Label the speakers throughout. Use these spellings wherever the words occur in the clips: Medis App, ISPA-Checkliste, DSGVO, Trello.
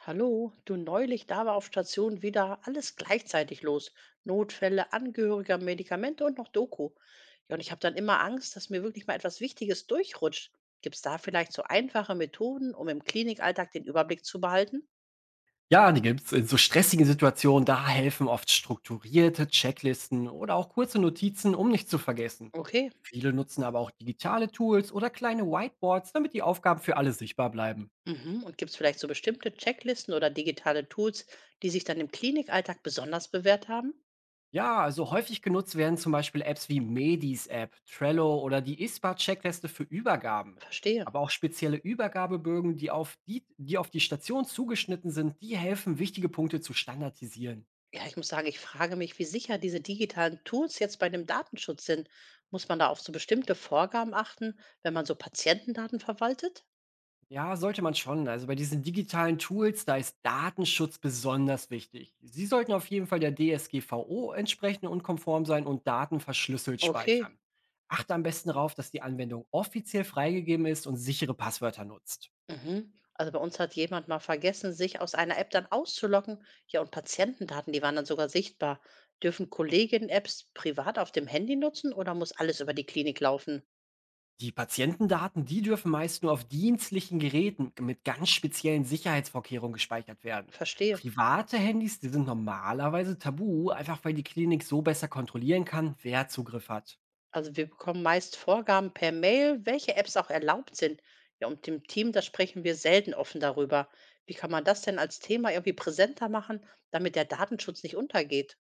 Speaker 1: Hallo, du neulich, da war auf Station wieder alles gleichzeitig los. Notfälle, Angehöriger, Medikamente und noch Doku. Ja, und ich habe dann immer Angst, dass mir wirklich mal etwas Wichtiges durchrutscht. Gibt es da vielleicht so einfache Methoden, um im Klinikalltag den Überblick zu behalten?
Speaker 2: Ja, die gibt's. In so stressigen Situationen, da helfen oft strukturierte Checklisten oder auch kurze Notizen, um nicht zu vergessen.
Speaker 1: Okay.
Speaker 2: Viele nutzen aber auch digitale Tools oder kleine Whiteboards, damit die Aufgaben für alle sichtbar bleiben.
Speaker 1: Mhm. Und gibt es vielleicht so bestimmte Checklisten oder digitale Tools, die sich dann im Klinikalltag besonders bewährt haben?
Speaker 2: Ja, also häufig genutzt werden zum Beispiel Apps wie Medis App, Trello oder die ISPA-Checkliste für Übergaben.
Speaker 1: Verstehe.
Speaker 2: Aber auch spezielle Übergabebögen, die auf die Station zugeschnitten sind, die helfen, wichtige Punkte zu standardisieren.
Speaker 1: Ja, ich muss sagen, ich frage mich, wie sicher diese digitalen Tools jetzt bei dem Datenschutz sind. Muss man da auf so bestimmte Vorgaben achten, wenn man so Patientendaten verwaltet?
Speaker 2: Ja, sollte man schon. Also bei diesen digitalen Tools, da ist Datenschutz besonders wichtig. Sie sollten auf jeden Fall der DSGVO entsprechend und konform sein und Daten verschlüsselt
Speaker 1: Okay.
Speaker 2: speichern. Achte am besten darauf, dass die Anwendung offiziell freigegeben ist und sichere Passwörter nutzt.
Speaker 1: Mhm. Also bei uns hat jemand mal vergessen, sich aus einer App dann auszuloggen. Ja, und Patientendaten, die waren dann sogar sichtbar. Dürfen Kolleginnen Apps privat auf dem Handy nutzen oder muss alles über die Klinik laufen?
Speaker 2: Die Patientendaten, die dürfen meist nur auf dienstlichen Geräten mit ganz speziellen Sicherheitsvorkehrungen gespeichert werden.
Speaker 1: Verstehe.
Speaker 2: Private Handys, die sind normalerweise tabu, einfach weil die Klinik so besser kontrollieren kann, wer Zugriff hat.
Speaker 1: Also wir bekommen meist Vorgaben per Mail, welche Apps auch erlaubt sind. Ja, und im Team, da sprechen wir selten offen darüber. Wie kann man das denn als Thema irgendwie präsenter machen, damit der Datenschutz nicht untergeht?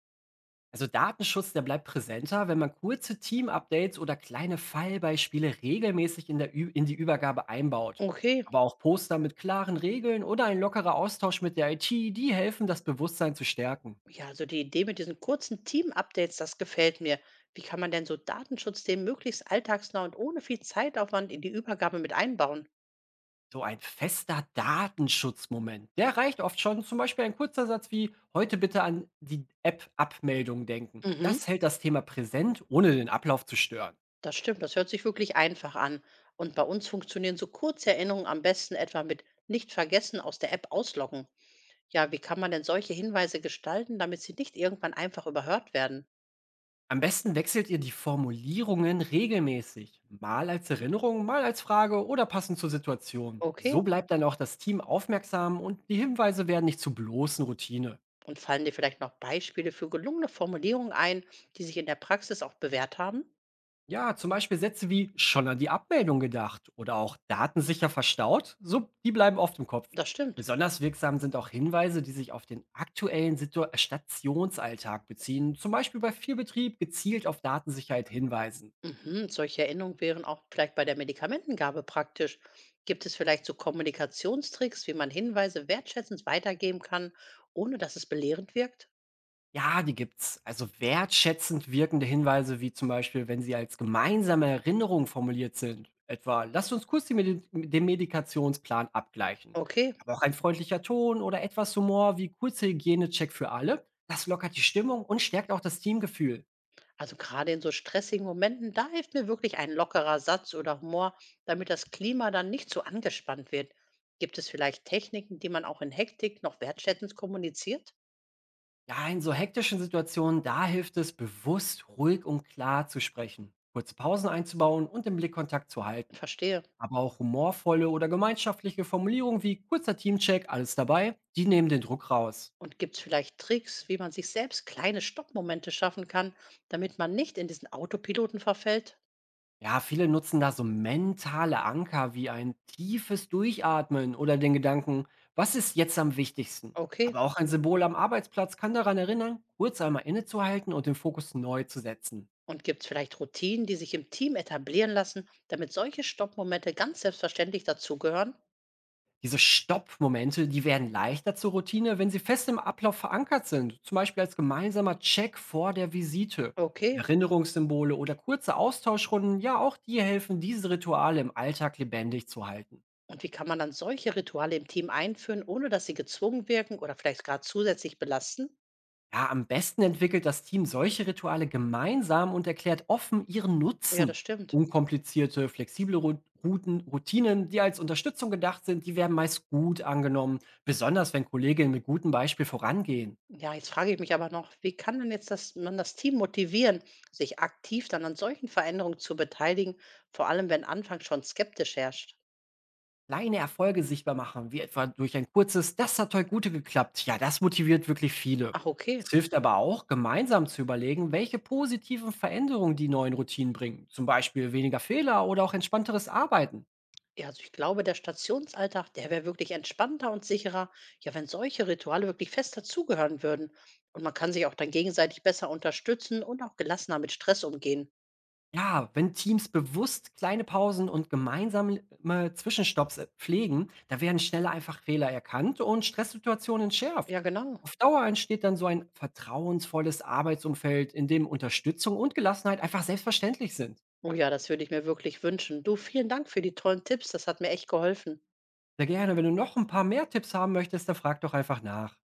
Speaker 2: Also Datenschutz, der bleibt präsenter, wenn man kurze Team-Updates oder kleine Fallbeispiele regelmäßig in, der Ü in die Übergabe einbaut.
Speaker 1: Okay,
Speaker 2: Aber auch Poster mit klaren Regeln oder ein lockerer Austausch mit der IT, die helfen, das Bewusstsein zu stärken.
Speaker 1: ja, also die Idee mit diesen kurzen Team-Updates, das gefällt mir. Wie kann man denn so Datenschutzthemen möglichst alltagsnah und ohne viel Zeitaufwand in die Übergabe mit einbauen?
Speaker 2: So ein fester Datenschutzmoment, der reicht oft schon. Zum Beispiel ein kurzer Satz wie heute bitte an die App-Abmeldung denken.
Speaker 1: Mhm,
Speaker 2: Das hält das Thema präsent, ohne den Ablauf zu stören.
Speaker 1: das stimmt, das hört sich wirklich einfach an. Und bei uns funktionieren so kurze Erinnerungen am besten etwa mit nicht vergessen aus der App ausloggen. Ja, wie kann man denn solche Hinweise gestalten, damit sie nicht irgendwann einfach überhört werden?
Speaker 2: Am besten wechselt ihr die Formulierungen regelmäßig, mal als Erinnerung, mal als Frage oder passend zur Situation.
Speaker 1: Okay.
Speaker 2: So bleibt dann auch das Team aufmerksam und die Hinweise werden nicht zu bloßen Routine.
Speaker 1: Und fallen dir vielleicht noch Beispiele für gelungene Formulierungen ein, die sich in der Praxis auch bewährt haben?
Speaker 2: Ja, zum Beispiel Sätze wie schon an die Abmeldung gedacht oder auch datensicher verstaut, so, die bleiben oft im Kopf.
Speaker 1: Das stimmt.
Speaker 2: Besonders wirksam sind auch Hinweise, die sich auf den Stationsalltag beziehen, zum Beispiel bei viel Betrieb gezielt auf Datensicherheit hinweisen.
Speaker 1: Mhm, solche Erinnerungen wären auch vielleicht bei der Medikamentengabe praktisch. Gibt es vielleicht so Kommunikationstricks, wie man Hinweise wertschätzend weitergeben kann, ohne dass es belehrend wirkt?
Speaker 2: Ja, die gibt's. Also wertschätzend wirkende Hinweise, wie zum Beispiel, wenn sie als gemeinsame Erinnerung formuliert sind. Etwa, lasst uns kurz die Medi den Medikationsplan abgleichen.
Speaker 1: Okay.
Speaker 2: Aber auch ein freundlicher Ton oder etwas Humor wie kurze Hygienecheck für alle, das lockert die Stimmung und stärkt auch das Teamgefühl.
Speaker 1: Also gerade in so stressigen Momenten, da hilft mir wirklich ein lockerer Satz oder Humor, damit das Klima dann nicht so angespannt wird. Gibt es vielleicht Techniken, die man auch in Hektik noch wertschätzend kommuniziert?
Speaker 2: Ja, in so hektischen Situationen, da hilft es, bewusst, ruhig und klar zu sprechen, kurze Pausen einzubauen und den Blickkontakt zu halten.
Speaker 1: Verstehe.
Speaker 2: Aber auch humorvolle oder gemeinschaftliche Formulierungen wie kurzer Teamcheck, alles dabei, die nehmen den Druck raus.
Speaker 1: Und gibt es vielleicht Tricks, wie man sich selbst kleine Stoppmomente schaffen kann, damit man nicht in diesen Autopiloten verfällt?
Speaker 2: Ja, viele nutzen da so mentale Anker wie ein tiefes Durchatmen oder den Gedanken, was ist jetzt am wichtigsten?
Speaker 1: Okay.
Speaker 2: Aber auch ein Symbol am Arbeitsplatz kann daran erinnern, kurz einmal innezuhalten und den Fokus neu zu setzen.
Speaker 1: Und gibt es vielleicht Routinen, die sich im Team etablieren lassen, damit solche Stoppmomente ganz selbstverständlich dazugehören?
Speaker 2: Diese Stopp-Momente, die werden leichter zur Routine, wenn sie fest im Ablauf verankert sind, zum Beispiel als gemeinsamer Check vor der Visite.
Speaker 1: Okay.
Speaker 2: Erinnerungssymbole oder kurze Austauschrunden, ja, auch die helfen, diese Rituale im Alltag lebendig zu halten.
Speaker 1: Und wie kann man dann solche Rituale im Team einführen, ohne dass sie gezwungen wirken oder vielleicht gerade zusätzlich belasten?
Speaker 2: Ja, am besten entwickelt das Team solche Rituale gemeinsam und erklärt offen ihren
Speaker 1: Ja,
Speaker 2: Nutzen.
Speaker 1: das stimmt.
Speaker 2: Unkomplizierte, flexible Routinen, die als Unterstützung gedacht sind, die werden meist gut angenommen, besonders wenn Kolleginnen mit gutem Beispiel vorangehen.
Speaker 1: Ja, jetzt frage ich mich aber noch, wie kann denn jetzt man das Team motivieren, sich aktiv dann an solchen Veränderungen zu beteiligen, vor allem wenn anfangs schon skeptisch herrscht?
Speaker 2: Kleine Erfolge sichtbar machen, wie etwa durch ein kurzes „Das hat heute gut geklappt“. Ja, das motiviert wirklich viele.
Speaker 1: Ach, okay.
Speaker 2: Es hilft aber auch, gemeinsam zu überlegen, welche positiven Veränderungen die neuen Routinen bringen, zum Beispiel weniger Fehler oder auch entspannteres Arbeiten.
Speaker 1: Ja, also ich glaube, der Stationsalltag, der wäre wirklich entspannter und sicherer, ja, wenn solche Rituale wirklich fest dazugehören würden. Und man kann sich auch dann gegenseitig besser unterstützen und auch gelassener mit Stress umgehen.
Speaker 2: Ja, wenn Teams bewusst kleine Pausen und gemeinsame Zwischenstopps pflegen, da werden schneller einfach Fehler erkannt und Stresssituationen
Speaker 1: Ja,
Speaker 2: entschärft.
Speaker 1: genau.
Speaker 2: Auf Dauer entsteht dann so ein vertrauensvolles Arbeitsumfeld, in dem Unterstützung und Gelassenheit einfach selbstverständlich sind.
Speaker 1: Oh ja, das würde ich mir wirklich wünschen. Du, vielen Dank für die tollen Tipps. Das hat mir echt geholfen.
Speaker 2: Sehr gerne. Wenn du noch ein paar mehr Tipps haben möchtest, dann frag doch einfach nach.